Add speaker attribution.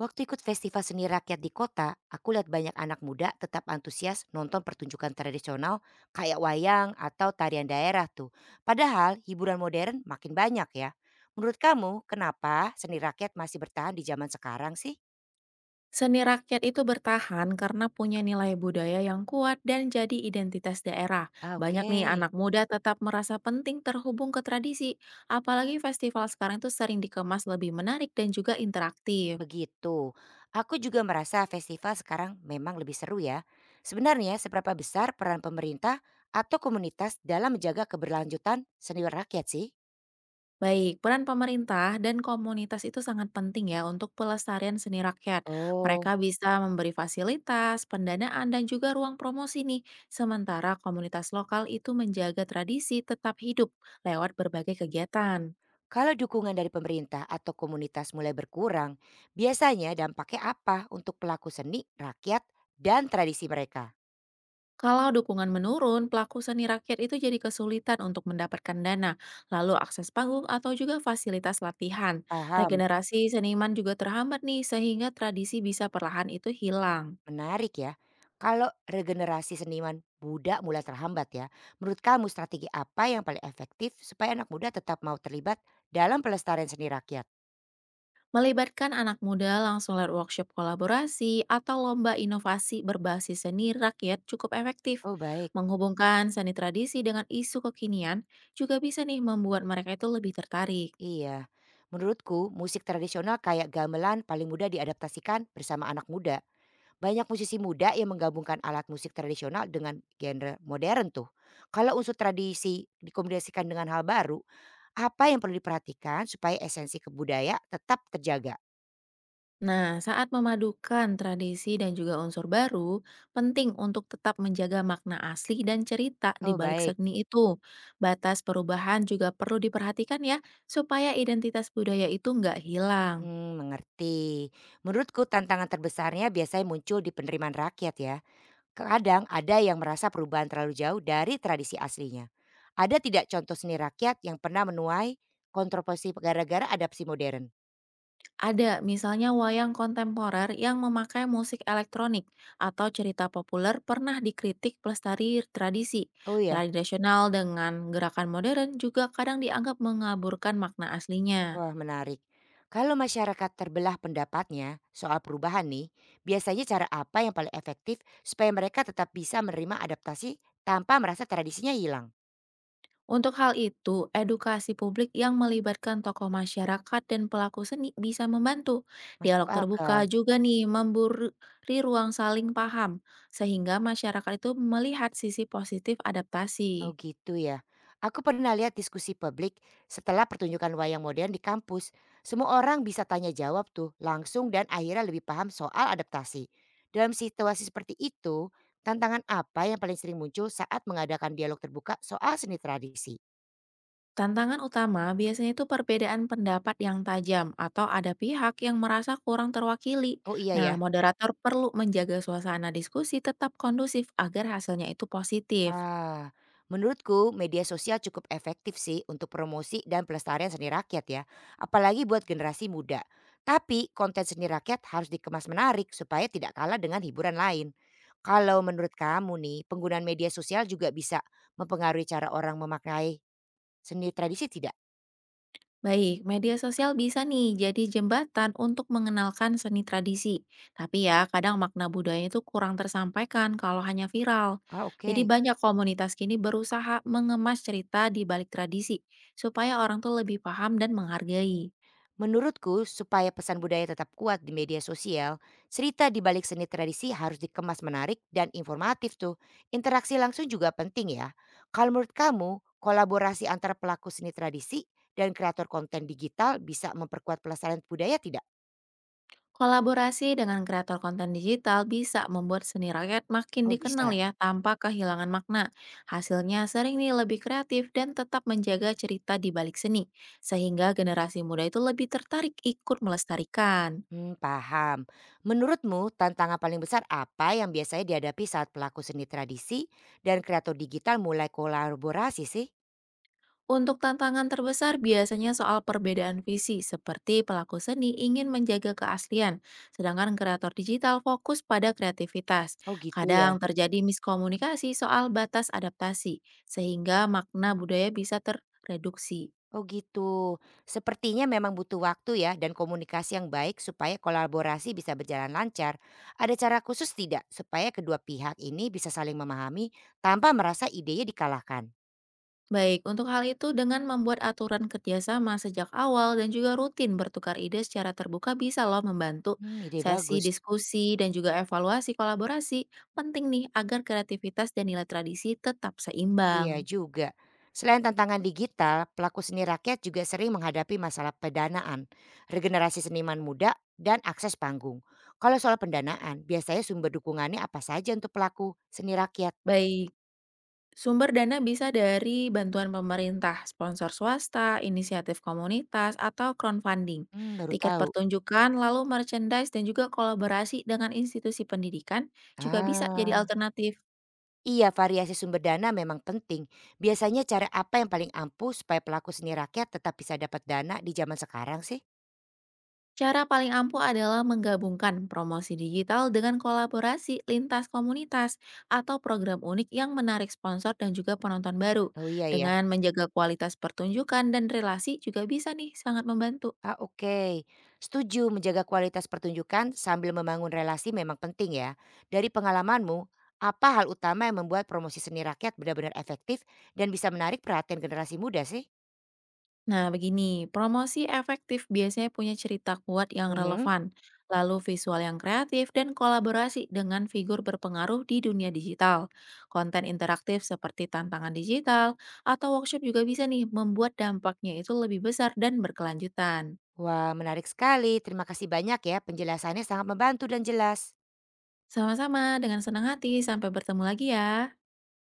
Speaker 1: Waktu ikut festival seni rakyat di kota, aku lihat banyak anak muda tetap antusias nonton pertunjukan tradisional kayak wayang atau tarian daerah tuh. Padahal hiburan modern makin banyak ya. Menurut kamu, kenapa seni rakyat masih bertahan di zaman sekarang sih?
Speaker 2: Seni rakyat itu bertahan karena punya nilai budaya yang kuat dan jadi identitas daerah.
Speaker 1: Ah,
Speaker 2: Banyak nih
Speaker 1: oke,
Speaker 2: anak muda tetap merasa penting terhubung ke tradisi, apalagi festival sekarang itu sering dikemas lebih menarik dan juga interaktif.
Speaker 1: begitu. Aku juga merasa festival sekarang memang lebih seru ya. Sebenarnya seberapa besar peran pemerintah atau komunitas dalam menjaga keberlanjutan seni rakyat sih?
Speaker 2: Baik, peran pemerintah dan komunitas itu sangat penting ya untuk pelestarian seni rakyat. Mereka
Speaker 1: Oh.
Speaker 2: bisa memberi fasilitas, pendanaan, dan juga ruang promosi nih. Sementara komunitas lokal itu menjaga tradisi tetap hidup lewat berbagai kegiatan.
Speaker 1: Kalau dukungan dari pemerintah atau komunitas mulai berkurang, biasanya dampaknya apa untuk pelaku seni, rakyat, dan tradisi mereka?
Speaker 2: Kalau dukungan menurun, pelaku seni rakyat itu jadi kesulitan untuk mendapatkan dana, lalu akses panggung atau juga fasilitas latihan.
Speaker 1: Paham,
Speaker 2: Regenerasi seniman juga terhambat nih, sehingga tradisi bisa perlahan itu hilang.
Speaker 1: menarik ya. Kalau regenerasi seniman muda mulai terhambat ya, menurut kamu strategi apa yang paling efektif supaya anak muda tetap mau terlibat dalam pelestarian seni rakyat?
Speaker 2: Melibatkan anak muda langsung lewat workshop kolaborasi atau lomba inovasi berbasis seni rakyat cukup efektif.
Speaker 1: Oh baik,
Speaker 2: Menghubungkan seni tradisi dengan isu kekinian juga bisa nih membuat mereka itu lebih tertarik.
Speaker 1: iya. Menurutku musik tradisional kayak gamelan paling mudah diadaptasikan bersama anak muda. Banyak musisi muda yang menggabungkan alat musik tradisional dengan genre modern tuh. Kalau unsur tradisi dikombinasikan dengan hal baru, apa yang perlu diperhatikan supaya esensi kebudaya tetap terjaga?
Speaker 2: Nah, saat memadukan tradisi dan juga unsur baru, penting untuk tetap menjaga makna asli dan cerita di
Speaker 1: Oh
Speaker 2: balik
Speaker 1: baik.
Speaker 2: seni itu. Batas perubahan juga perlu diperhatikan ya, supaya identitas budaya itu nggak hilang.
Speaker 1: Hmm, mengerti. Menurutku tantangan terbesarnya biasanya muncul di penerimaan rakyat ya. Kadang ada yang merasa perubahan terlalu jauh dari tradisi aslinya. Ada tidak contoh seni rakyat yang pernah menuai kontroversi gara-gara adaptasi modern?
Speaker 2: Ada misalnya wayang kontemporer yang memakai musik elektronik atau cerita populer pernah dikritik pelestari tradisi.
Speaker 1: Oh ya.
Speaker 2: Tradisional dengan gerakan modern juga kadang dianggap mengaburkan makna aslinya.
Speaker 1: Wah menarik. Kalau masyarakat terbelah pendapatnya soal perubahan nih, biasanya cara apa yang paling efektif supaya mereka tetap bisa menerima adaptasi tanpa merasa tradisinya hilang?
Speaker 2: Untuk hal itu, edukasi publik yang melibatkan tokoh masyarakat dan pelaku seni bisa membantu.
Speaker 1: Masuk
Speaker 2: Dialog
Speaker 1: akal.
Speaker 2: terbuka juga nih memberi ruang saling paham, sehingga masyarakat itu melihat sisi positif
Speaker 1: Oh
Speaker 2: adaptasi.
Speaker 1: gitu ya. Aku pernah lihat diskusi publik setelah pertunjukan wayang modern di kampus. Semua orang bisa tanya jawab tuh langsung dan akhirnya lebih paham soal adaptasi. Dalam situasi seperti itu, tantangan apa yang paling sering muncul saat mengadakan dialog terbuka soal seni tradisi?
Speaker 2: Tantangan utama biasanya itu perbedaan pendapat yang tajam atau ada pihak yang merasa kurang terwakili.
Speaker 1: Oh iya
Speaker 2: Nah,
Speaker 1: ya.
Speaker 2: moderator perlu menjaga suasana diskusi tetap kondusif agar hasilnya itu positif.
Speaker 1: Ah, Menurutku media sosial cukup efektif sih untuk promosi dan pelestarian seni rakyat ya, apalagi buat generasi muda. Tapi konten seni rakyat harus dikemas menarik supaya tidak kalah dengan hiburan lain. Kalau menurut kamu nih, penggunaan media sosial juga bisa mempengaruhi cara orang memaknai seni tradisi tidak?
Speaker 2: Baik, media sosial bisa nih jadi jembatan untuk mengenalkan seni tradisi. Tapi ya, kadang makna budaya itu kurang tersampaikan kalau hanya viral.
Speaker 1: Ah,
Speaker 2: Jadi
Speaker 1: oke.
Speaker 2: banyak komunitas kini berusaha mengemas cerita di balik tradisi, supaya orang tuh lebih paham dan menghargai.
Speaker 1: Menurutku, supaya pesan budaya tetap kuat di media sosial, cerita di balik seni tradisi harus dikemas menarik dan informatif tuh. Interaksi langsung juga penting ya. Kalau menurut kamu, kolaborasi antara pelaku seni tradisi dan kreator konten digital bisa memperkuat pelestarian budaya tidak?
Speaker 2: Kolaborasi dengan kreator konten digital bisa membuat seni rakyat makin
Speaker 1: Oh
Speaker 2: dikenal
Speaker 1: bisa.
Speaker 2: ya tanpa kehilangan makna. Hasilnya sering nih lebih kreatif dan tetap menjaga cerita di balik seni, sehingga generasi muda itu lebih tertarik ikut melestarikan.
Speaker 1: Hmm, paham. Menurutmu tantangan paling besar apa yang biasanya dihadapi saat pelaku seni tradisi dan kreator digital mulai kolaborasi sih?
Speaker 2: Untuk tantangan terbesar biasanya soal perbedaan visi, seperti pelaku seni ingin menjaga keaslian, sedangkan kreator digital fokus pada kreativitas.
Speaker 1: Oh gitu ya.
Speaker 2: Kadang terjadi miskomunikasi soal batas adaptasi, sehingga makna budaya bisa terreduksi.
Speaker 1: Oh gitu. Sepertinya memang butuh waktu ya dan komunikasi yang baik supaya kolaborasi bisa berjalan lancar. Ada cara khusus tidak supaya kedua pihak ini bisa saling memahami tanpa merasa idenya dikalahkan?
Speaker 2: Baik, untuk hal itu dengan membuat aturan kerjasama sejak awal dan juga rutin bertukar ide secara terbuka bisa loh membantu
Speaker 1: Hmm, ide
Speaker 2: sesi
Speaker 1: bagus.
Speaker 2: diskusi dan juga evaluasi kolaborasi. Penting nih agar kreativitas dan nilai tradisi tetap seimbang.
Speaker 1: Iya juga. Selain tantangan digital, pelaku seni rakyat juga sering menghadapi masalah pendanaan, regenerasi seniman muda, dan akses panggung. Kalau soal pendanaan, biasanya sumber dukungannya apa saja untuk pelaku seni rakyat?
Speaker 2: Baik, sumber dana bisa dari bantuan pemerintah, sponsor swasta, inisiatif komunitas, atau crowdfunding.
Speaker 1: Hmm, baru
Speaker 2: Tiket
Speaker 1: tahu.
Speaker 2: pertunjukan, lalu merchandise dan juga kolaborasi dengan institusi pendidikan juga bisa jadi
Speaker 1: Ah.
Speaker 2: alternatif.
Speaker 1: Iya, variasi sumber dana memang penting. Biasanya cara apa yang paling ampuh supaya pelaku seni rakyat tetap bisa dapat dana di zaman sekarang sih?
Speaker 2: Cara paling ampuh adalah menggabungkan promosi digital dengan kolaborasi lintas komunitas atau program unik yang menarik sponsor dan juga penonton baru.
Speaker 1: Oh iya ya.
Speaker 2: Dengan menjaga kualitas pertunjukan dan relasi juga bisa nih sangat membantu.
Speaker 1: Ah oke. Setuju menjaga kualitas pertunjukan sambil membangun relasi memang penting ya. Dari pengalamanmu, apa hal utama yang membuat promosi seni rakyat benar-benar efektif dan bisa menarik perhatian generasi muda sih?
Speaker 2: Nah, begini, promosi efektif biasanya punya cerita kuat yang
Speaker 1: Mhm.
Speaker 2: relevan, lalu visual yang kreatif, dan kolaborasi dengan figur berpengaruh di dunia digital. Konten interaktif seperti tantangan digital atau workshop juga bisa nih membuat dampaknya itu lebih besar dan berkelanjutan.
Speaker 1: Wah, menarik sekali. Terima kasih banyak ya. Penjelasannya sangat membantu dan jelas.
Speaker 2: Sama-sama, dengan senang hati, sampai bertemu lagi ya.